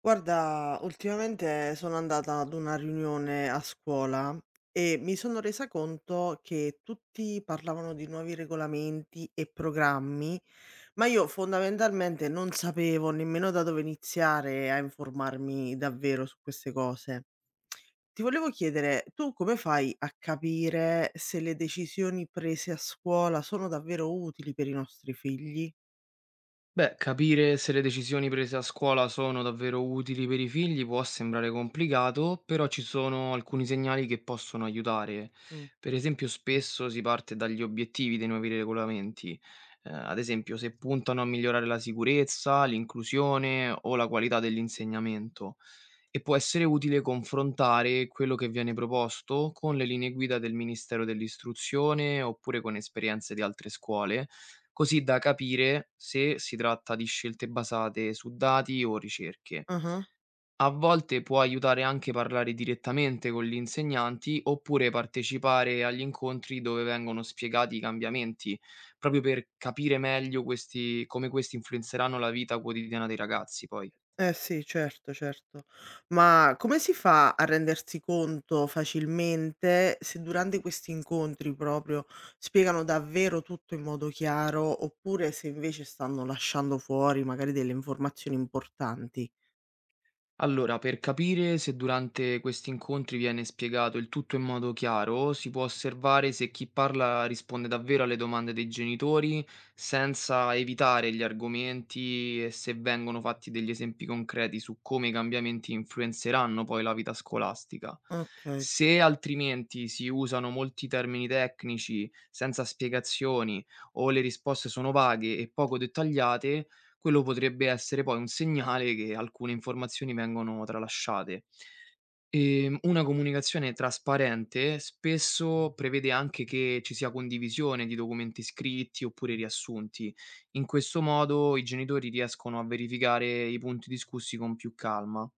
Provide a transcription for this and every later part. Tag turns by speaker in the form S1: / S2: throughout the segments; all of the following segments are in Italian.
S1: Guarda, ultimamente sono andata ad una riunione a scuola e mi sono resa conto che tutti parlavano di nuovi regolamenti e programmi, ma io fondamentalmente non sapevo nemmeno da dove iniziare a informarmi davvero su queste cose. Ti volevo chiedere, tu come fai a capire se le decisioni prese a scuola sono davvero utili per i nostri figli?
S2: Beh, capire se le decisioni prese a scuola sono davvero utili per i figli può sembrare complicato, però ci sono alcuni segnali che possono aiutare. Per esempio, spesso si parte dagli obiettivi dei nuovi regolamenti, ad esempio se puntano a migliorare la sicurezza, l'inclusione o la qualità dell'insegnamento. E può essere utile confrontare quello che viene proposto con le linee guida del Ministero dell'Istruzione oppure con esperienze di altre scuole, così da capire se si tratta di scelte basate su dati o ricerche.
S1: Mm.
S2: A volte può aiutare anche parlare direttamente con gli insegnanti oppure partecipare agli incontri dove vengono spiegati i cambiamenti, proprio per capire meglio come questi influenzeranno la vita quotidiana dei ragazzi poi.
S1: Eh sì, certo, certo. Ma come si fa a rendersi conto facilmente se durante questi incontri proprio spiegano davvero tutto in modo chiaro, oppure se invece stanno lasciando fuori magari delle informazioni importanti?
S2: Allora, per capire se durante questi incontri viene spiegato il tutto in modo chiaro, si può osservare se chi parla risponde davvero alle domande dei genitori senza evitare gli argomenti e se vengono fatti degli esempi concreti su come i cambiamenti influenzeranno poi la vita scolastica.
S1: Okay.
S2: Se altrimenti si usano molti termini tecnici senza spiegazioni o le risposte sono vaghe e poco dettagliate, quello potrebbe essere poi un segnale che alcune informazioni vengono tralasciate. Una comunicazione trasparente spesso prevede anche che ci sia condivisione di documenti scritti oppure riassunti. In questo modo i genitori riescono a verificare i punti discussi con più calma.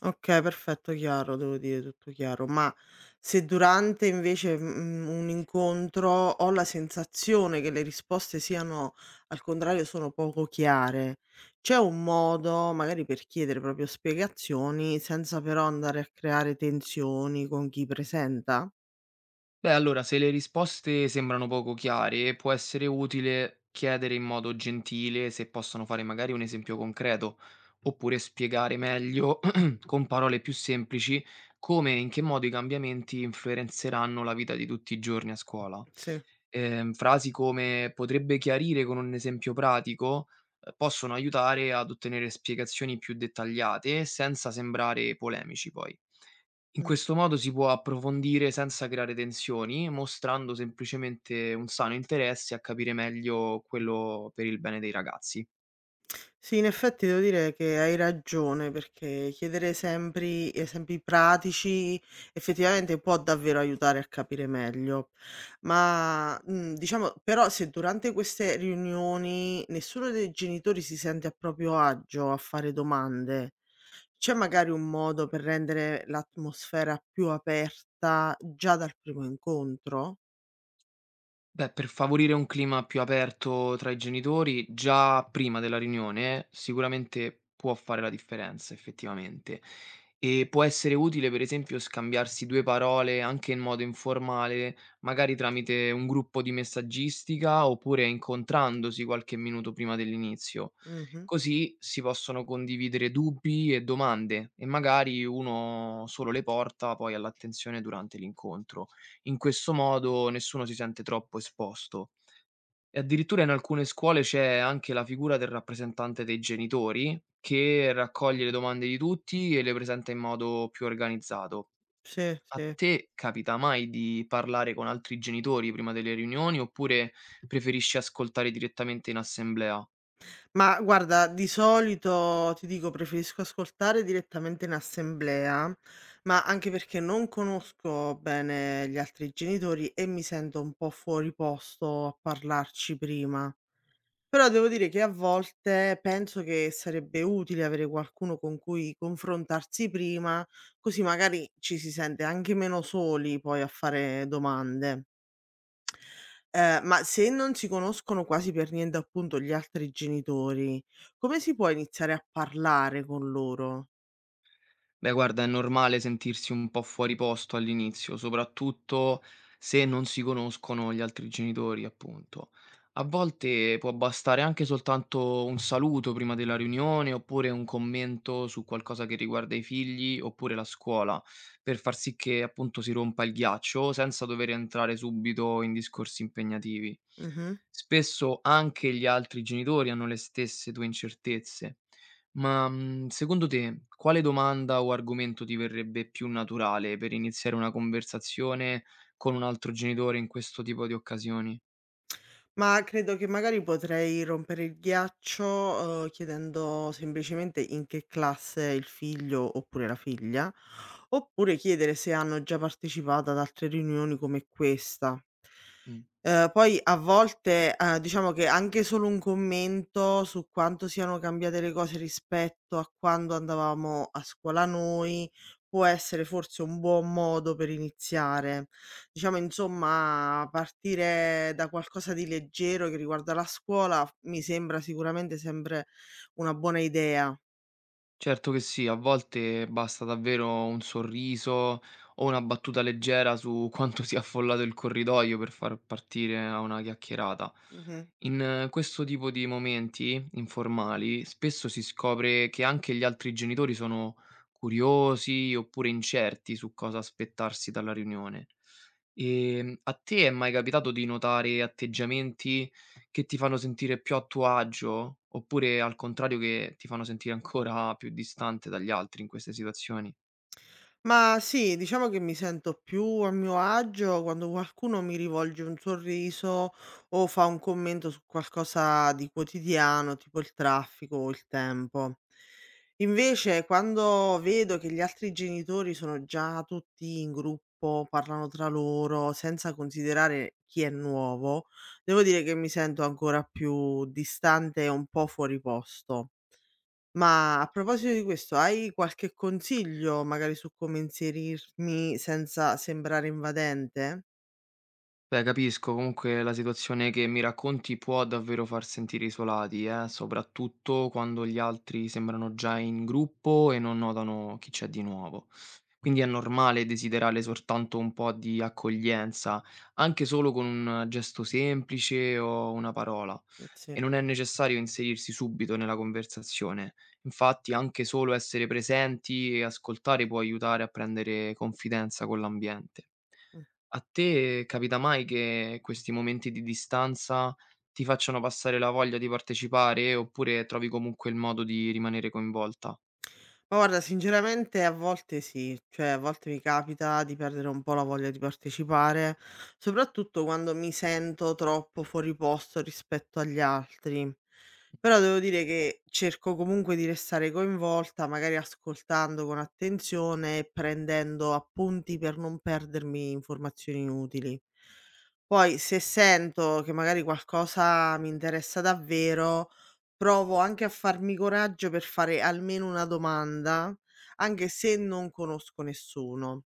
S1: Okay, perfetto, chiaro, devo dire, tutto chiaro. Ma se durante invece, un incontro ho la sensazione che le risposte siano al contrario sono poco chiare, c'è un modo magari per chiedere proprio spiegazioni senza però andare a creare tensioni con chi presenta?
S2: Beh, allora, se le risposte sembrano poco chiare, può essere utile chiedere in modo gentile se possono fare magari un esempio concreto, oppure spiegare meglio, con parole più semplici, come e in che modo i cambiamenti influenzeranno la vita di tutti i giorni a scuola.
S1: Sì.
S2: Frasi come potrebbe chiarire con un esempio pratico, possono aiutare ad ottenere spiegazioni più dettagliate senza sembrare polemici poi. In
S1: Mh.
S2: questo modo si può approfondire senza creare tensioni, mostrando semplicemente un sano interesse a capire meglio quello per il bene dei ragazzi.
S1: Sì, in effetti devo dire che hai ragione, perché chiedere sempre esempi pratici effettivamente può davvero aiutare a capire meglio. Ma diciamo, però, se durante queste riunioni nessuno dei genitori si sente a proprio agio a fare domande, c'è magari un modo per rendere l'atmosfera più aperta già dal primo incontro?
S2: Beh, per favorire un clima più aperto tra i genitori, già prima della riunione, sicuramente può fare la differenza, effettivamente. E può essere utile, per esempio, scambiarsi due parole anche in modo informale, magari tramite un gruppo di messaggistica oppure incontrandosi qualche minuto prima dell'inizio.
S1: Mhm.
S2: Così si possono condividere dubbi e domande e magari uno solo le porta poi all'attenzione durante l'incontro. In questo modo nessuno si sente troppo esposto. E addirittura in alcune scuole c'è anche la figura del rappresentante dei genitori che raccoglie le domande di tutti e le presenta in modo più organizzato.
S1: Sì,
S2: A
S1: sì.
S2: te capita mai di parlare con altri genitori prima delle riunioni oppure preferisci ascoltare direttamente in assemblea?
S1: Ma guarda, di solito ti dico, preferisco ascoltare direttamente in assemblea, ma anche perché non conosco bene gli altri genitori e mi sento un po' fuori posto a parlarci prima. Però devo dire che a volte penso che sarebbe utile avere qualcuno con cui confrontarsi prima, così magari ci si sente anche meno soli poi a fare domande. Ma se non si conoscono quasi per niente, appunto, gli altri genitori, come si può iniziare a parlare con loro?
S2: Beh, guarda, è normale sentirsi un po' fuori posto all'inizio, soprattutto se non si conoscono gli altri genitori, appunto. A volte può bastare anche soltanto un saluto prima della riunione, oppure un commento su qualcosa che riguarda i figli, oppure la scuola, per far sì che appunto si rompa il ghiaccio senza dover entrare subito in discorsi impegnativi.
S1: Mh-mh.
S2: Spesso anche gli altri genitori hanno le stesse tue incertezze. Secondo te quale domanda o argomento ti verrebbe più naturale per iniziare una conversazione con un altro genitore in questo tipo di occasioni?
S1: Ma credo che magari potrei rompere il ghiaccio, chiedendo semplicemente in che classe è il figlio oppure la figlia, oppure chiedere se hanno già partecipato ad altre riunioni come questa.
S2: Mh.
S1: Poi a volte, diciamo che anche solo un commento su quanto siano cambiate le cose rispetto a quando andavamo a scuola noi, può essere forse un buon modo per iniziare. Diciamo insomma, partire da qualcosa di leggero che riguarda la scuola, mi sembra sicuramente sempre una buona idea.
S2: Certo che sì, a volte basta davvero un sorriso o una battuta leggera su quanto sia affollato il corridoio per far partire a una chiacchierata.
S1: Mh-mh.
S2: In Questo tipo di momenti informali spesso si scopre che anche gli altri genitori sono curiosi oppure incerti su cosa aspettarsi dalla riunione. E a te è mai capitato di notare atteggiamenti che ti fanno sentire più a tuo agio, oppure al contrario che ti fanno sentire ancora più distante dagli altri in queste situazioni?
S1: Ma sì, diciamo che mi sento più a mio agio quando qualcuno mi rivolge un sorriso o fa un commento su qualcosa di quotidiano, tipo il traffico o il tempo. Invece, quando vedo che gli altri genitori sono già tutti in gruppo, parlano tra loro, senza considerare chi è nuovo, devo dire che mi sento ancora più distante e un po' fuori posto. Ma a proposito di questo, hai qualche consiglio magari su come inserirmi senza sembrare invadente?
S2: Beh, capisco, comunque la situazione che mi racconti può davvero far sentire isolati, soprattutto quando gli altri sembrano già in gruppo e non notano chi c'è di nuovo. Quindi è normale desiderare soltanto un po' di accoglienza, anche solo con un gesto semplice o una parola.
S1: Sì.
S2: E non è necessario inserirsi subito nella conversazione. Infatti anche solo essere presenti e ascoltare può aiutare a prendere confidenza con l'ambiente.
S1: Mh.
S2: A te capita mai che questi momenti di distanza ti facciano passare la voglia di partecipare oppure trovi comunque il modo di rimanere coinvolta?
S1: Ma guarda, sinceramente a volte sì, cioè a volte mi capita di perdere un po' la voglia di partecipare, soprattutto quando mi sento troppo fuori posto rispetto agli altri. Però devo dire che cerco comunque di restare coinvolta, magari ascoltando con attenzione e prendendo appunti per non perdermi informazioni inutili. Poi se sento che magari qualcosa mi interessa davvero, provo anche a farmi coraggio per fare almeno una domanda, anche se non conosco nessuno.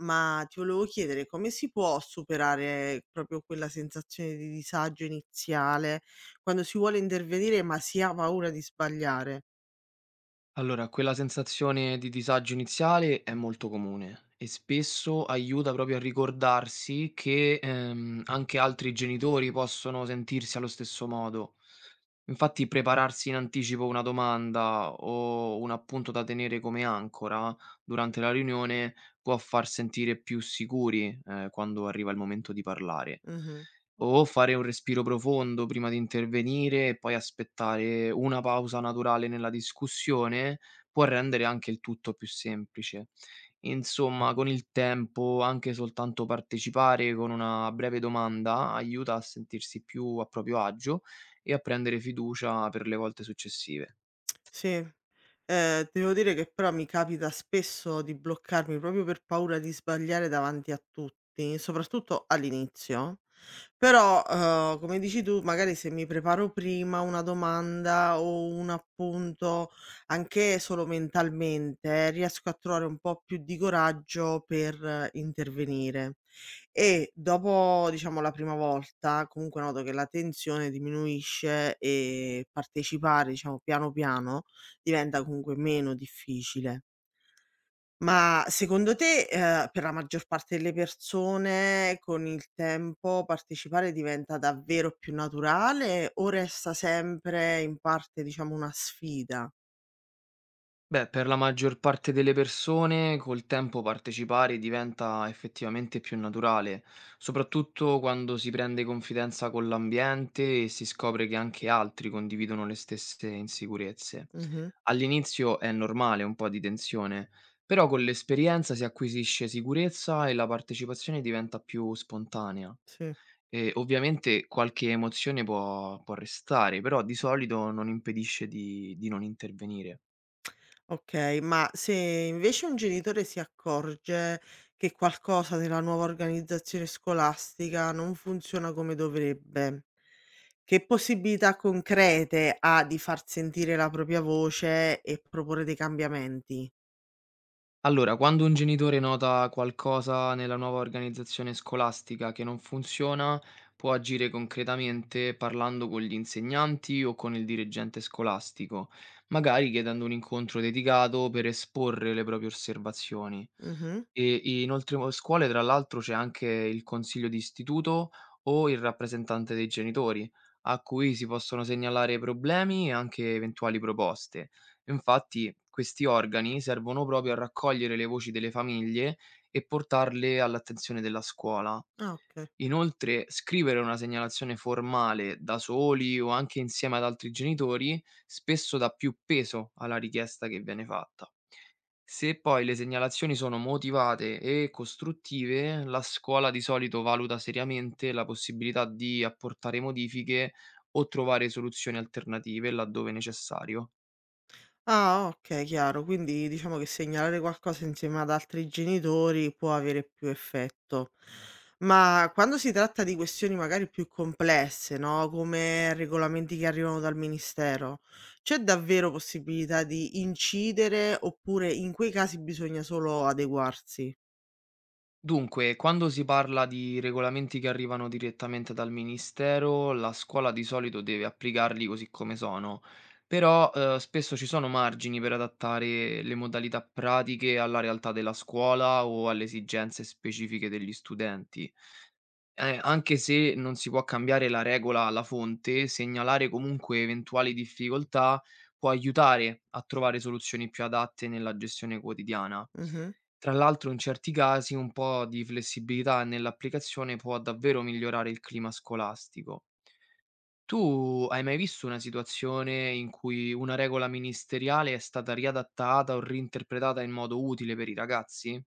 S1: Ma ti volevo chiedere come si può superare proprio quella sensazione di disagio iniziale, quando si vuole intervenire ma si ha paura di sbagliare?
S2: Allora, quella sensazione di disagio iniziale è molto comune e spesso aiuta proprio a ricordarsi che anche altri genitori possono sentirsi allo stesso modo. Infatti prepararsi in anticipo una domanda o un appunto da tenere come ancora durante la riunione può far sentire più sicuri, quando arriva il momento di parlare.
S1: Mh-mh.
S2: O fare un respiro profondo prima di intervenire e poi aspettare una pausa naturale nella discussione può rendere anche il tutto più semplice. Insomma, con il tempo, anche soltanto partecipare con una breve domanda aiuta a sentirsi più a proprio agio e a prendere fiducia per le volte successive.
S1: Sì. Devo dire che però mi capita spesso di bloccarmi proprio per paura di sbagliare davanti a tutti, soprattutto all'inizio. Però, come dici tu, magari se mi preparo prima una domanda o un appunto, anche solo mentalmente, riesco a trovare un po' più di coraggio per intervenire. E dopo, diciamo, la prima volta, comunque noto che la tensione diminuisce e partecipare, diciamo, piano piano diventa comunque meno difficile. Ma secondo te, per la maggior parte delle persone con il tempo partecipare diventa davvero più naturale o resta sempre in parte, diciamo, una sfida?
S2: Beh, per la maggior parte delle persone col tempo partecipare diventa effettivamente più naturale, soprattutto quando si prende confidenza con l'ambiente e si scopre che anche altri condividono le stesse insicurezze.
S1: Mh-mh,
S2: All'inizio è normale un po' di tensione, però con l'esperienza si acquisisce sicurezza e la partecipazione diventa più spontanea.
S1: sì.
S2: Ovviamente qualche emozione può restare, però di solito non impedisce di non intervenire.
S1: Okay, ma se invece un genitore si accorge che qualcosa nella nuova organizzazione scolastica non funziona come dovrebbe, che possibilità concrete ha di far sentire la propria voce e proporre dei cambiamenti?
S2: Allora, quando un genitore nota qualcosa nella nuova organizzazione scolastica che non funziona, può agire concretamente parlando con gli insegnanti o con il dirigente scolastico, magari chiedendo un incontro dedicato per esporre le proprie osservazioni.
S1: Mh-mh.
S2: E inoltre, a scuole, tra l'altro, c'è anche il consiglio di istituto o il rappresentante dei genitori, a cui si possono segnalare problemi e anche eventuali proposte. Infatti questi organi servono proprio a raccogliere le voci delle famiglie e portarle all'attenzione della scuola.
S1: Ah, oka.
S2: Inoltre, scrivere una segnalazione formale da soli o anche insieme ad altri genitori spesso dà più peso alla richiesta che viene fatta. Se poi le segnalazioni sono motivate e costruttive, la scuola di solito valuta seriamente la possibilità di apportare modifiche o trovare soluzioni alternative laddove necessario.
S1: Ah, okay, chiaro. Quindi diciamo che segnalare qualcosa insieme ad altri genitori può avere più effetto. Ma quando si tratta di questioni magari più complesse, no, come regolamenti che arrivano dal ministero, c'è davvero possibilità di incidere oppure in quei casi bisogna solo adeguarsi?
S2: Dunque, quando si parla di regolamenti che arrivano direttamente dal ministero, la scuola di solito deve applicarli così come sono, però spesso ci sono margini per adattare le modalità pratiche alla realtà della scuola o alle esigenze specifiche degli studenti. Anche se non si può cambiare la regola alla fonte, segnalare comunque eventuali difficoltà può aiutare a trovare soluzioni più adatte nella gestione quotidiana.
S1: Mh-mh.
S2: Tra l'altro in certi casi un po' di flessibilità nell'applicazione può davvero migliorare il clima scolastico. Tu hai mai visto una situazione in cui una regola ministeriale è stata riadattata o reinterpretata in modo utile per i ragazzi?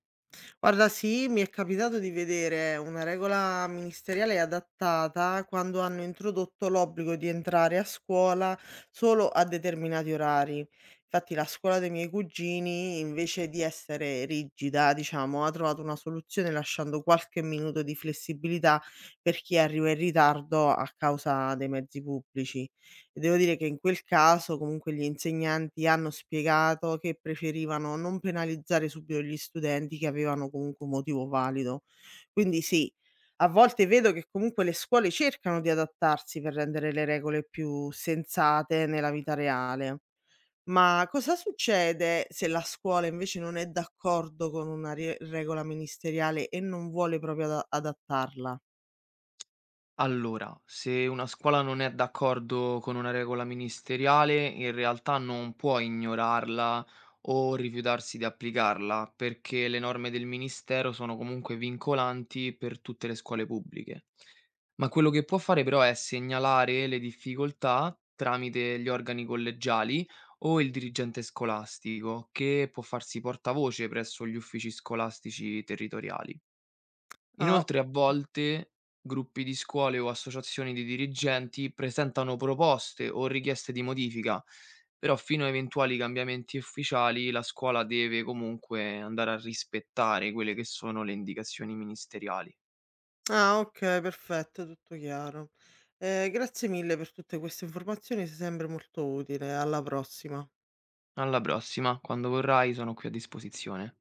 S1: Guarda, sì, mi è capitato di vedere una regola ministeriale adattata quando hanno introdotto l'obbligo di entrare a scuola solo a determinati orari. Infatti, la scuola dei miei cugini, invece di essere rigida, diciamo, ha trovato una soluzione lasciando qualche minuto di flessibilità per chi arriva in ritardo a causa dei mezzi pubblici. E devo dire che in quel caso comunque gli insegnanti hanno spiegato che preferivano non penalizzare subito gli studenti che avevano comunque un motivo valido. Quindi sì, a volte vedo che comunque le scuole cercano di adattarsi per rendere le regole più sensate nella vita reale. Ma cosa succede se la scuola invece non è d'accordo con una regola ministeriale e non vuole proprio adattarla?
S2: Allora, se una scuola non è d'accordo con una regola ministeriale, in realtà non può ignorarla o rifiutarsi di applicarla, perché le norme del ministero sono comunque vincolanti per tutte le scuole pubbliche. Ma quello che può fare però è segnalare le difficoltà tramite gli organi collegiali o il dirigente scolastico, che può farsi portavoce presso gli uffici scolastici territoriali.
S1: Ah.
S2: Inoltre a volte gruppi di scuole o associazioni di dirigenti presentano proposte o richieste di modifica, però fino a eventuali cambiamenti ufficiali la scuola deve comunque andare a rispettare quelle che sono le indicazioni ministeriali.
S1: Ah, okay, perfetto, tutto chiaro. Grazie mille per tutte queste informazioni, sei sempre molto utile. Alla prossima.
S2: Alla prossima, quando vorrai sono qui a disposizione.